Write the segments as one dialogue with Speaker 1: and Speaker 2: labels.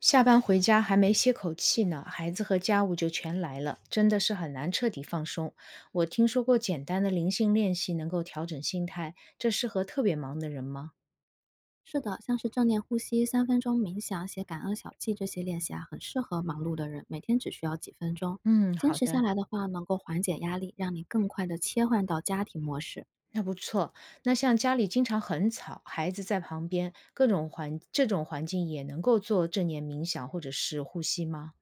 Speaker 1: 下班回家还没歇口气呢，孩子和家务就全来了，真的是很难彻底放松。我听说过简单的灵性练习能够调整心态，这适合特别忙的人吗？
Speaker 2: 是的，像是正念呼吸、三分钟冥想、写感恩小记这些练习啊，很适合忙碌的人，每天只需要几分钟。
Speaker 1: 嗯，
Speaker 2: 坚
Speaker 1: 好
Speaker 2: 持下
Speaker 1: 的，
Speaker 2: 来的话，能够缓解压力，让你更快的切换到家庭模式。
Speaker 1: 那不错。那像家里经常很吵，孩子在旁边，各种环这种环境也能够做正念冥想或者是呼吸吗？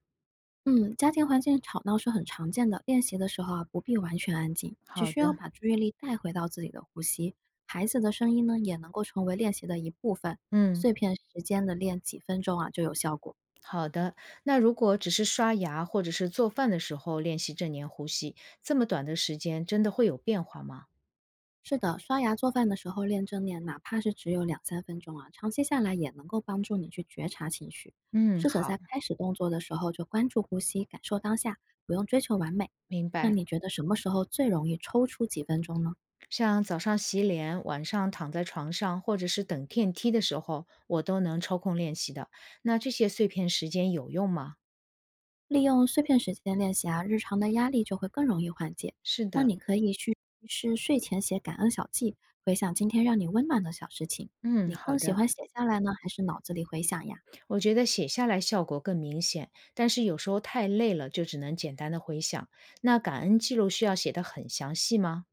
Speaker 2: 嗯，家庭环境吵闹是很常见的，练习的时候啊，不必完全安静，只
Speaker 1: 好
Speaker 2: 需要
Speaker 1: 的，
Speaker 2: 把注意力带回到自己的呼吸。孩子的声音呢，也能够成为练习的一部分。
Speaker 1: 嗯。
Speaker 2: 碎片时间的练几分钟啊，就有效果。
Speaker 1: 好的，那如果只是刷牙或者是做饭的时候练习正念呼吸，这么短的时间真的会有变化吗？
Speaker 2: 是的，刷牙做饭的时候练正念，哪怕是只有两三分钟啊，长期下来也能够帮助你去觉察情绪。
Speaker 1: 嗯，
Speaker 2: 试着
Speaker 1: 好，
Speaker 2: 在开始动作的时候就关注呼吸，感受当下，不用追求完美。
Speaker 1: 明
Speaker 2: 那
Speaker 1: 白。
Speaker 2: 你觉得什么时候最容易抽出几分钟呢？
Speaker 1: 像早上洗脸，晚上躺在床上，或者是等电梯的时候，我都能抽空练习的。那这些碎片时间有用吗？
Speaker 2: 利用碎片时间练习啊，日常的压力就会更容易缓解。
Speaker 1: 是
Speaker 2: 那
Speaker 1: 的，
Speaker 2: 你可以是睡前写感恩小记，回想今天让你温暖的小事情。
Speaker 1: 嗯，
Speaker 2: 你
Speaker 1: 好
Speaker 2: 更喜
Speaker 1: 的。
Speaker 2: 欢写下来呢，还是脑子里回想呀？
Speaker 1: 我觉得写下来效果更明显，但是有时候太累了，就只能简单的回想。那感恩记录需要写得很详细吗？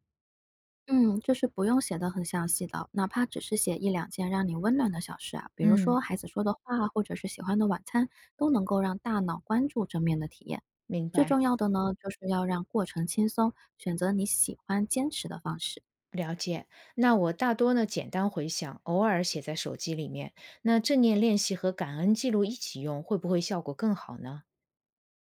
Speaker 2: 嗯，就是不用写的很详细的，哪怕只是写一两件让你温暖的小事啊，比如
Speaker 1: 嗯，
Speaker 2: 说孩子说的话啊，或者是喜欢的晚餐，都能够让大脑关注正面的体验。
Speaker 1: 明
Speaker 2: 最
Speaker 1: 白，
Speaker 2: 重要的呢，就是要让过程轻松，选择你喜欢坚持的方式。
Speaker 1: 了解。那我大多呢简单回想，偶尔写在手机里面。那正念练习和感恩记录一起用，会不会效果更好呢？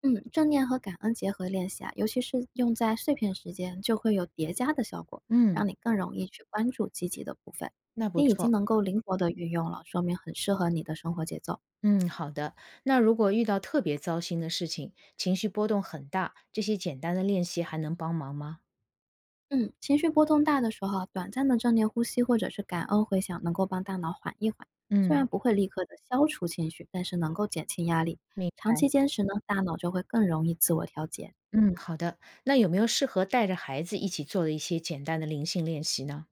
Speaker 2: 嗯，正念和感恩结合练习啊，尤其是用在碎片时间，就会有叠加的效果，
Speaker 1: 嗯，
Speaker 2: 让你更容易去关注积极的部分。
Speaker 1: 那不
Speaker 2: 你已经
Speaker 1: 错。
Speaker 2: 能够灵活的运用了，说明很适合你的生活节奏。
Speaker 1: 嗯，好的。那如果遇到特别糟心的事情，情绪波动很大，这些简单的练习还能帮忙吗？
Speaker 2: 嗯，情绪波动大的时候啊短暂的正念呼吸或者是感恩回想，能够帮大脑缓一缓。虽然
Speaker 1: 嗯，
Speaker 2: 不会立刻的消除情绪，但是能够减轻压力。
Speaker 1: 明
Speaker 2: 长期
Speaker 1: 白。
Speaker 2: 坚持呢，大脑就会更容易自我调节。
Speaker 1: 嗯，好的。那有没有适合带着孩子一起做的一些简单的灵性练习呢？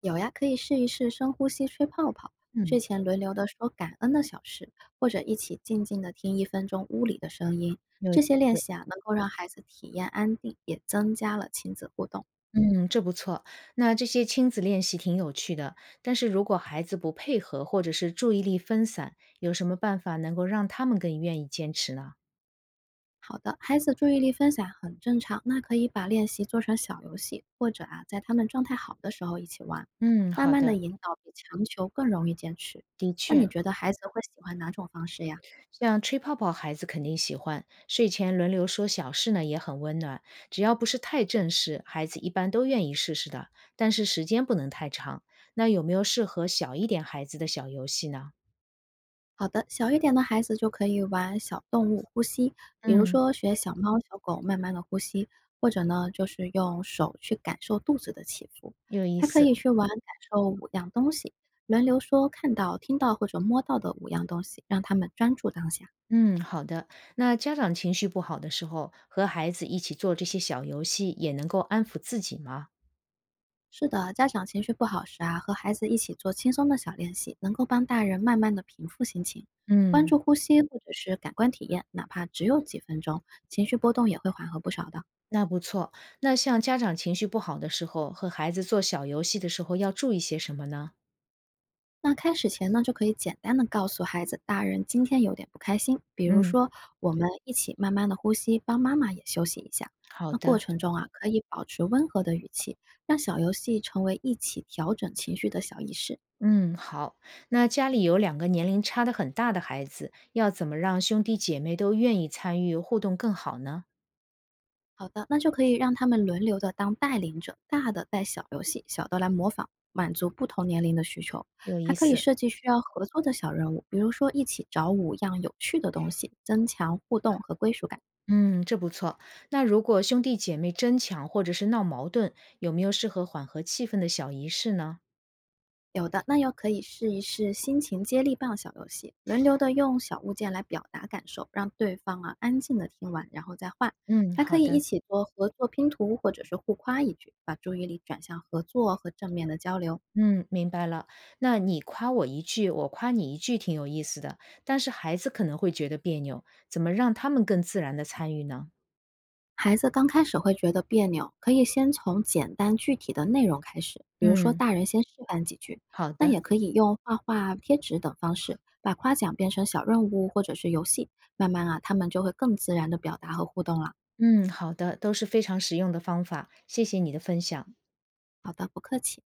Speaker 2: 有呀，可以试一试深呼吸、吹泡泡，
Speaker 1: 嗯，
Speaker 2: 睡前轮流的说感恩的小事，或者一起静静的听1分钟屋里的声音。
Speaker 1: 有意
Speaker 2: 这些练
Speaker 1: 思。
Speaker 2: 习啊，能够让孩子体验安定，也增加了亲子互动。
Speaker 1: 嗯，这不错。那这些亲子练习挺有趣的，但是如果孩子不配合，或者是注意力分散，有什么办法能够让他们更愿意坚持呢？
Speaker 2: 好的，孩子注意力分散很正常，那可以把练习做成小游戏，或者啊，在他们状态好的时候一起玩，
Speaker 1: 嗯，
Speaker 2: 慢
Speaker 1: 好
Speaker 2: 慢的
Speaker 1: 的，
Speaker 2: 引导比强求更容易坚持。
Speaker 1: 的
Speaker 2: 那你
Speaker 1: 确。
Speaker 2: 觉得孩子会喜欢哪种方式呀？
Speaker 1: 像吹泡泡，孩子肯定喜欢。睡前轮流说小事呢，也很温暖。只要不是太正式，孩子一般都愿意试试的。但是时间不能太长。那有没有适合小一点孩子的小游戏呢？
Speaker 2: 好的，小一点的孩子就可以玩小动物呼吸，比如
Speaker 1: 嗯，
Speaker 2: 说学小猫、小狗慢慢的呼吸，或者呢，就是用手去感受肚子的起伏。
Speaker 1: 有意
Speaker 2: 还可以
Speaker 1: 思。
Speaker 2: 去玩感受五样东西，轮流说看到、听到或者摸到的五样东西，让他们专注当下。
Speaker 1: 嗯，好的。那家长情绪不好的时候，和孩子一起做这些小游戏，也能够安抚自己吗？
Speaker 2: 是的，家长情绪不好时啊，和孩子一起做轻松的小练习，能够帮大人慢慢的平复心情，关
Speaker 1: 嗯，
Speaker 2: 注呼吸或者是感官体验，哪怕只有几分钟，情绪波动也会缓和不少的。
Speaker 1: 那不错。那像家长情绪不好的时候，和孩子做小游戏的时候，要注意些什么呢？
Speaker 2: 那开始前呢，就可以简单的告诉孩子，大人今天有点不开心，比如
Speaker 1: 嗯，
Speaker 2: 说我们一起慢慢的呼吸，帮妈妈也休息一下。
Speaker 1: 好
Speaker 2: 那过
Speaker 1: 的，
Speaker 2: 程中啊，可以保持温和的语气，让小游戏成为一起调整情绪的小仪式。
Speaker 1: 嗯，好。那家里有两个年龄差的很大的孩子，要怎么让兄弟姐妹都愿意参与互动更好呢？
Speaker 2: 好的，那就可以让他们轮流的当带领者，大的带小游戏，小的来模仿，满足不同年龄的需求。
Speaker 1: 有
Speaker 2: 还
Speaker 1: 意
Speaker 2: 可以
Speaker 1: 思。
Speaker 2: 设计需要合作的小任务，比如说一起找5样有趣的东西，增强互动和归属感。
Speaker 1: 嗯，这不错。那如果兄弟姐妹争抢或者是闹矛盾，有没有适合缓和气氛的小仪式呢？
Speaker 2: 有的，那又可以试一试心情接力棒小游戏，轮流的用小物件来表达感受，让对方啊安静的听完，然后再换。
Speaker 1: 嗯，
Speaker 2: 还可
Speaker 1: 好
Speaker 2: 以一
Speaker 1: 的。
Speaker 2: 起做合作拼图，或者是互夸一句，把注意力转向合作和正面的交流。
Speaker 1: 嗯，明白了。那你夸我一句，我夸你一句，挺有意思的。但是孩子可能会觉得别扭，怎么让他们更自然的参与呢？
Speaker 2: 孩子刚开始会觉得别扭，可以先从简单具体的内容开始，比如说
Speaker 1: 嗯，
Speaker 2: 大人先示范几句，
Speaker 1: 好
Speaker 2: 那
Speaker 1: 的。
Speaker 2: 也可以用画画、贴纸等方式，把夸奖变成小任务或者是游戏，慢慢啊，他们就会更自然的表达和互动了。
Speaker 1: 嗯，好的，都是非常实用的方法，谢谢你的分享。
Speaker 2: 好的，不客气。